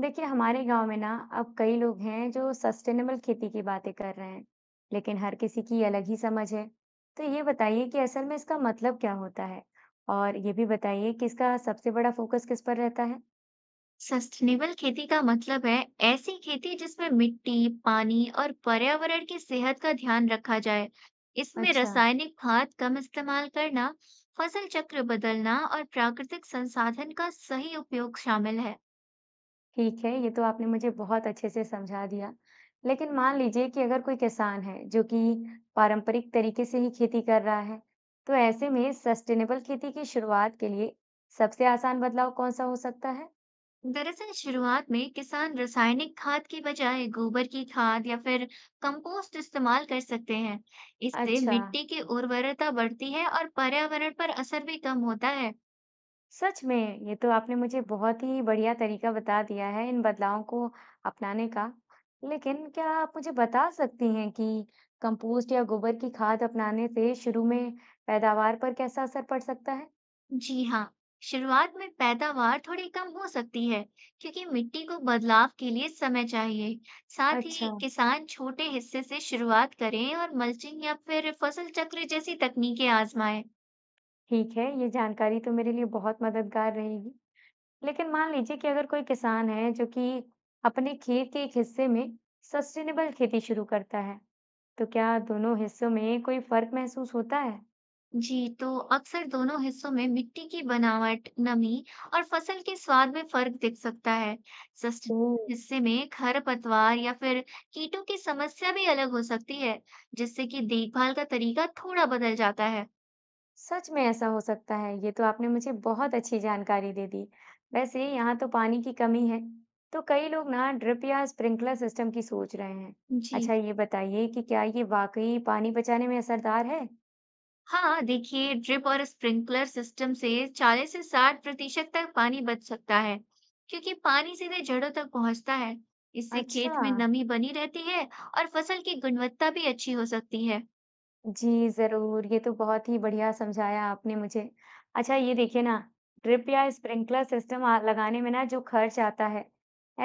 देखिए हमारे गांव में ना अब कई लोग हैं जो सस्टेनेबल खेती की बातें कर रहे हैं। लेकिन हर किसी की अलग ही समझ है। तो ये बताइए कि असल में इसका मतलब क्या होता है। और ये भी बताइए कि इसका सबसे बड़ा फोकस किस पर रहता है। सस्टेनेबल खेती का मतलब है ऐसी खेती जिसमें मिट्टी, पानी और पर्यावरण की सेहत का ध्यान रखा जाए। इसमें अच्छा। रासायनिक खाद कम इस्तेमाल करना, फसल चक्र बदलना और प्राकृतिक संसाधन का सही उपयोग शामिल है। ठीक है, ये तो आपने मुझे बहुत अच्छे से समझा दिया। लेकिन मान लीजिए कि अगर कोई किसान है जो कि पारंपरिक तरीके से ही खेती कर रहा है, तो ऐसे में सस्टेनेबल खेती की शुरुआत के लिए सबसे आसान बदलाव कौन सा हो सकता है। दरअसल शुरुआत में किसान रासायनिक खाद की बजाय गोबर की खाद या फिर कंपोस्ट इस्तेमाल कर सकते हैं। इससे अच्छा। मिट्टी की उर्वरता बढ़ती है और पर्यावरण पर असर भी कम होता है। सच में, ये तो आपने मुझे बहुत ही बढ़िया तरीका बता दिया है इन बदलावों को अपनाने का। लेकिन क्या आप मुझे बता सकती हैं कि कंपोस्ट या गोबर की खाद अपनाने से शुरू में पैदावार पर कैसा असर पड़ सकता है? जी हाँ, शुरुआत में पैदावार थोड़ी कम हो सकती है क्योंकि मिट्टी को बदलाव के लिए समय चाहिए। साथ अच्छा, ही किसान छोटे हिस्से से शुरुआत करें और मल्चिंग या फिर फसल चक्र जैसी तकनीकें आजमाएं। ठीक है, ये जानकारी तो मेरे लिए बहुत मददगार रहेगी। लेकिन मान लीजिए कि अगर कोई किसान है जो कि अपने खेत के एक हिस्से में सस्टेनेबल खेती शुरू करता है, तो क्या दोनों हिस्सों में कोई फर्क महसूस होता है? जी, तो अक्सर दोनों हिस्सों में मिट्टी की बनावट, नमी और फसल के स्वाद में फर्क दिख सकता है। ओह, सस्टेनेबल हिस्से में खरपतवार या फिर कीटों की समस्या भी अलग हो सकती है, जिससे कि देखभाल का तरीका थोड़ा बदल जाता है। सच में ऐसा हो सकता है। ये तो आपने मुझे बहुत अच्छी जानकारी दे दी। वैसे यहाँ तो पानी की कमी है, तो कई लोग ना ड्रिप या स्प्रिंकलर सिस्टम की सोच रहे हैं। जी अच्छा, ये बताइए कि क्या ये वाकई पानी बचाने में असरदार है? हाँ, देखिए ड्रिप और स्प्रिंकलर सिस्टम से 40 से 60% तक पानी बच सकता है क्योंकि पानी सीधे जड़ों तक पहुंचता है। इससे अच्छा। खेत में नमी बनी रहती है और फसल की गुणवत्ता भी अच्छी हो सकती है। जी, ज़रूर। ये तो बहुत ही बढ़िया समझाया आपने मुझे। अच्छा, ये देखिए ना, ड्रिप या स्प्रिंकलर सिस्टम लगाने में ना जो खर्च आता है,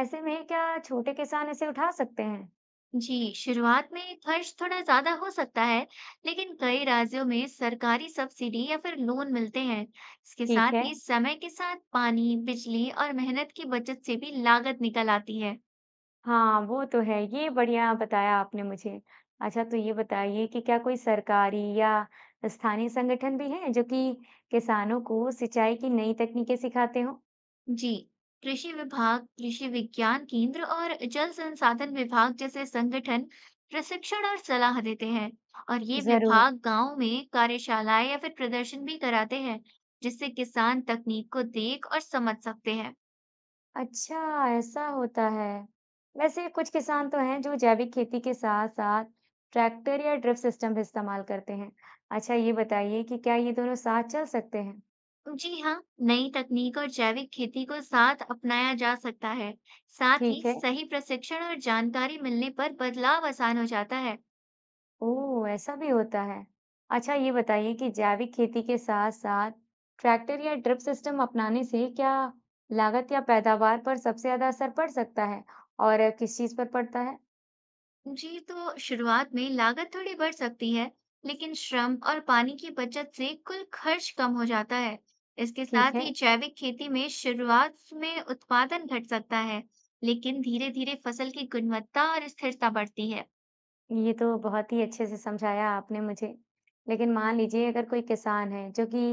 ऐसे में क्या छोटे किसान इसे उठा सकते हैं? जी, शुरुआत में खर्च थोड़ा ज्यादा हो सकता है, लेकिन कई राज्यों में सरकारी सब्सिडी या फिर लोन मिलते हैं। इसके ठीक साथ है। ही समय के साथ पानी, बिजली और मेहनत की बचत से भी लागत निकल आती है। हाँ, वो तो है। ये बढ़िया बताया आपने मुझे। अच्छा, तो ये बताइए कि क्या कोई सरकारी या स्थानीय संगठन भी हैं, जो कि किसानों को सिंचाई की नई तकनीकें सिखाते हों? जी, कृषि विभाग, कृषि विज्ञान केंद्र और जल संसाधन विभाग जैसे संगठन प्रशिक्षण और सलाह देते हैं। और ये ज़रूर। विभाग गांव में कार्यशालाएं या फिर प्रदर्शन भी कराते हैं, जिससे किसान तकनीक को देख और समझ सकते हैं। अच्छा, ऐसा होता है। वैसे कुछ किसान तो हैं, जो जैविक खेती के साथ-साथ ट्रैक्टर या ड्रिप सिस्टम भी इस्तेमाल करते हैं। अच्छा, ये बताइए कि क्या ये दोनों साथ चल सकते हैं? जी हाँ, नई तकनीक और जैविक खेती को साथ अपनाया जा सकता है। साथ ही ठीक है। सही प्रशिक्षण और जानकारी मिलने पर बदलाव आसान हो जाता है। ओह! ऐसा भी होता है। अच्छा, ये बताइए कि जैविक खेती के साथ-साथ ट्रैक्टर या ड्रिप सिस्टम अपनाने से क्या लागत या पैदावार पर सबसे ज़्यादा असर पड़ सकता है और किस चीज़ पर पड़ता है? जी, तो शुरुआत में लागत थोड़ी बढ़ सकती है, लेकिन श्रम और पानी की बचत से कुल खर्च कम हो जाता है। इसके ठीक साथ ही है, जैविक खेती में शुरुआत में उत्पादन घट सकता है, लेकिन धीरे-धीरे फसल की गुणवत्ता और स्थिरता बढ़ती है। ये तो बहुत ही अच्छे से समझाया आपने मुझे। लेकिन मान लीजिए अगर कोई किसान है जो कि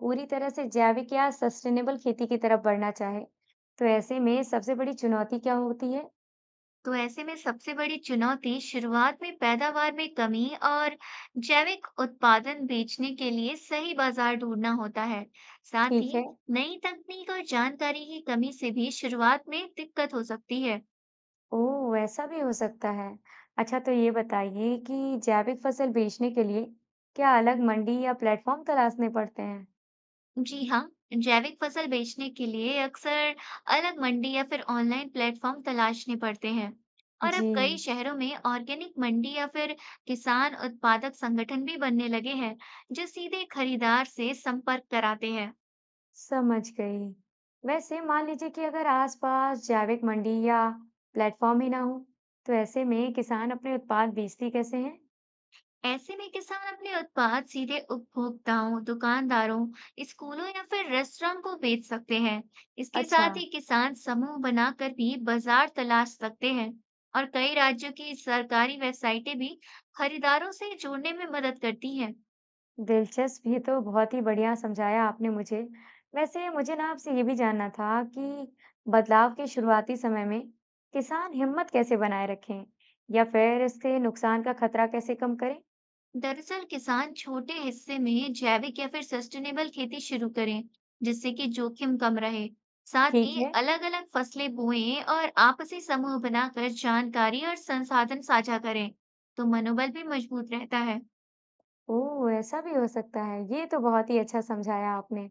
पूरी तरह से जैविक या सस्टेनेबल खेती की तरफ बढ़ना चाहे, तो ऐसे में सबसे बड़ी चुनौती क्या होती है? तो ऐसे में सबसे बड़ी चुनौती शुरुआत में पैदावार में कमी और जैविक उत्पादन बेचने के लिए सही बाजार ढूंढना होता है। साथ ही ठीक है। नई तकनीक और जानकारी की कमी से भी शुरुआत में दिक्कत हो सकती है। ओह! ऐसा भी हो सकता है। अच्छा, तो ये बताइए कि जैविक फसल बेचने के लिए क्या अलग मंडी या प्लेटफ़ॉर्म तलाशने पड़ते हैं? जी हाँ, जैविक फसल बेचने के लिए अक्सर अलग मंडी या फिर ऑनलाइन प्लेटफॉर्म तलाशने पड़ते हैं। और अब जी, कई शहरों में ऑर्गेनिक मंडी या फिर किसान उत्पादक संगठन भी बनने लगे हैं, जो सीधे खरीदार से संपर्क कराते हैं। समझ गई। वैसे मान लीजिए कि अगर आसपास जैविक मंडी या प्लेटफ़ॉर्म ही ना हो, तो ऐसे में किसान अपने उत्पाद बेचते कैसे हैं? ऐसे में किसान अपने उत्पाद सीधे उपभोक्ताओं, दुकानदारों, स्कूलों या फिर रेस्टोरेंट को बेच सकते हैं। इसके अच्छा। साथ ही किसान समूह बनाकर भी बाजार तलाश सकते हैं। और कई राज्यों की सरकारी वेबसाइटें भी खरीदारों से जुड़ने में मदद करती हैं। दिलचस्प, ये तो बहुत ही बढ़िया समझाया आपने मुझे। वैसे मुझे ना आपसे ये भी जानना था कि बदलाव के शुरुआती समय में किसान हिम्मत कैसे बनाए रखें या फिर इससे नुकसान का खतरा कैसे कम करें? दरअसल किसान छोटे हिस्से में जैविक या फिर सस्टेनेबल खेती शुरू करें, जिससे कि जोखिम कम रहे। साथ ठीक ही है। अलग अलग फसलें बोएं और आपसी समूह बनाकर जानकारी और संसाधन साझा करें, तो मनोबल भी मजबूत रहता है। ओह, ऐसा भी हो सकता है। ये तो बहुत ही अच्छा समझाया आपने।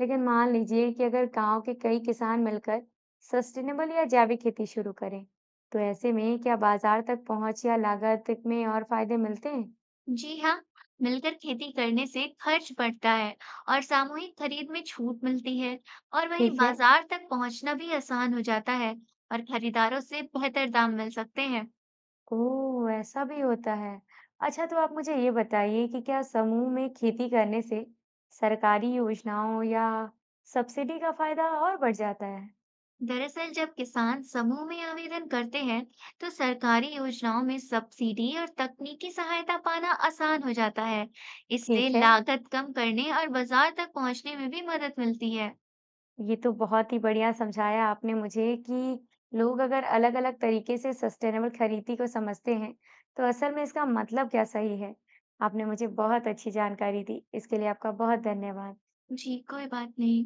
लेकिन मान लीजिए कि अगर गांव के कई किसान मिलकर सस्टेनेबल या जैविक खेती शुरू करें, तो ऐसे में क्या बाजार तक पहुंच या लागत में और फायदे मिलते हैं? जी हाँ, मिलकर खेती करने से खर्च बढ़ता है और सामूहिक खरीद में छूट मिलती है। और वहीं ठीक है। बाजार तक पहुंचना भी आसान हो जाता है और खरीदारों से बेहतर दाम मिल सकते हैं। ओह! ऐसा भी होता है। अच्छा, तो आप मुझे ये बताइए कि क्या समूह में खेती करने से सरकारी योजनाओं या सब्सिडी का फ़ायदा और बढ़ जाता है? दरअसल जब किसान समूह में आवेदन करते हैं, तो सरकारी योजनाओं में सब्सिडी और तकनीकी सहायता पाना आसान हो जाता है। इससे ठीक है, लागत कम करने और बाजार तक पहुंचने में भी मदद मिलती है। ये तो बहुत ही बढ़िया समझाया आपने मुझे कि लोग अगर अलग-अलग तरीके से सस्टेनेबल खरीदी को समझते हैं, तो असल में इसका मतलब क्या सही है। आपने मुझे बहुत अच्छी जानकारी दी, इसके लिए आपका बहुत धन्यवाद। जी, कोई बात नहीं।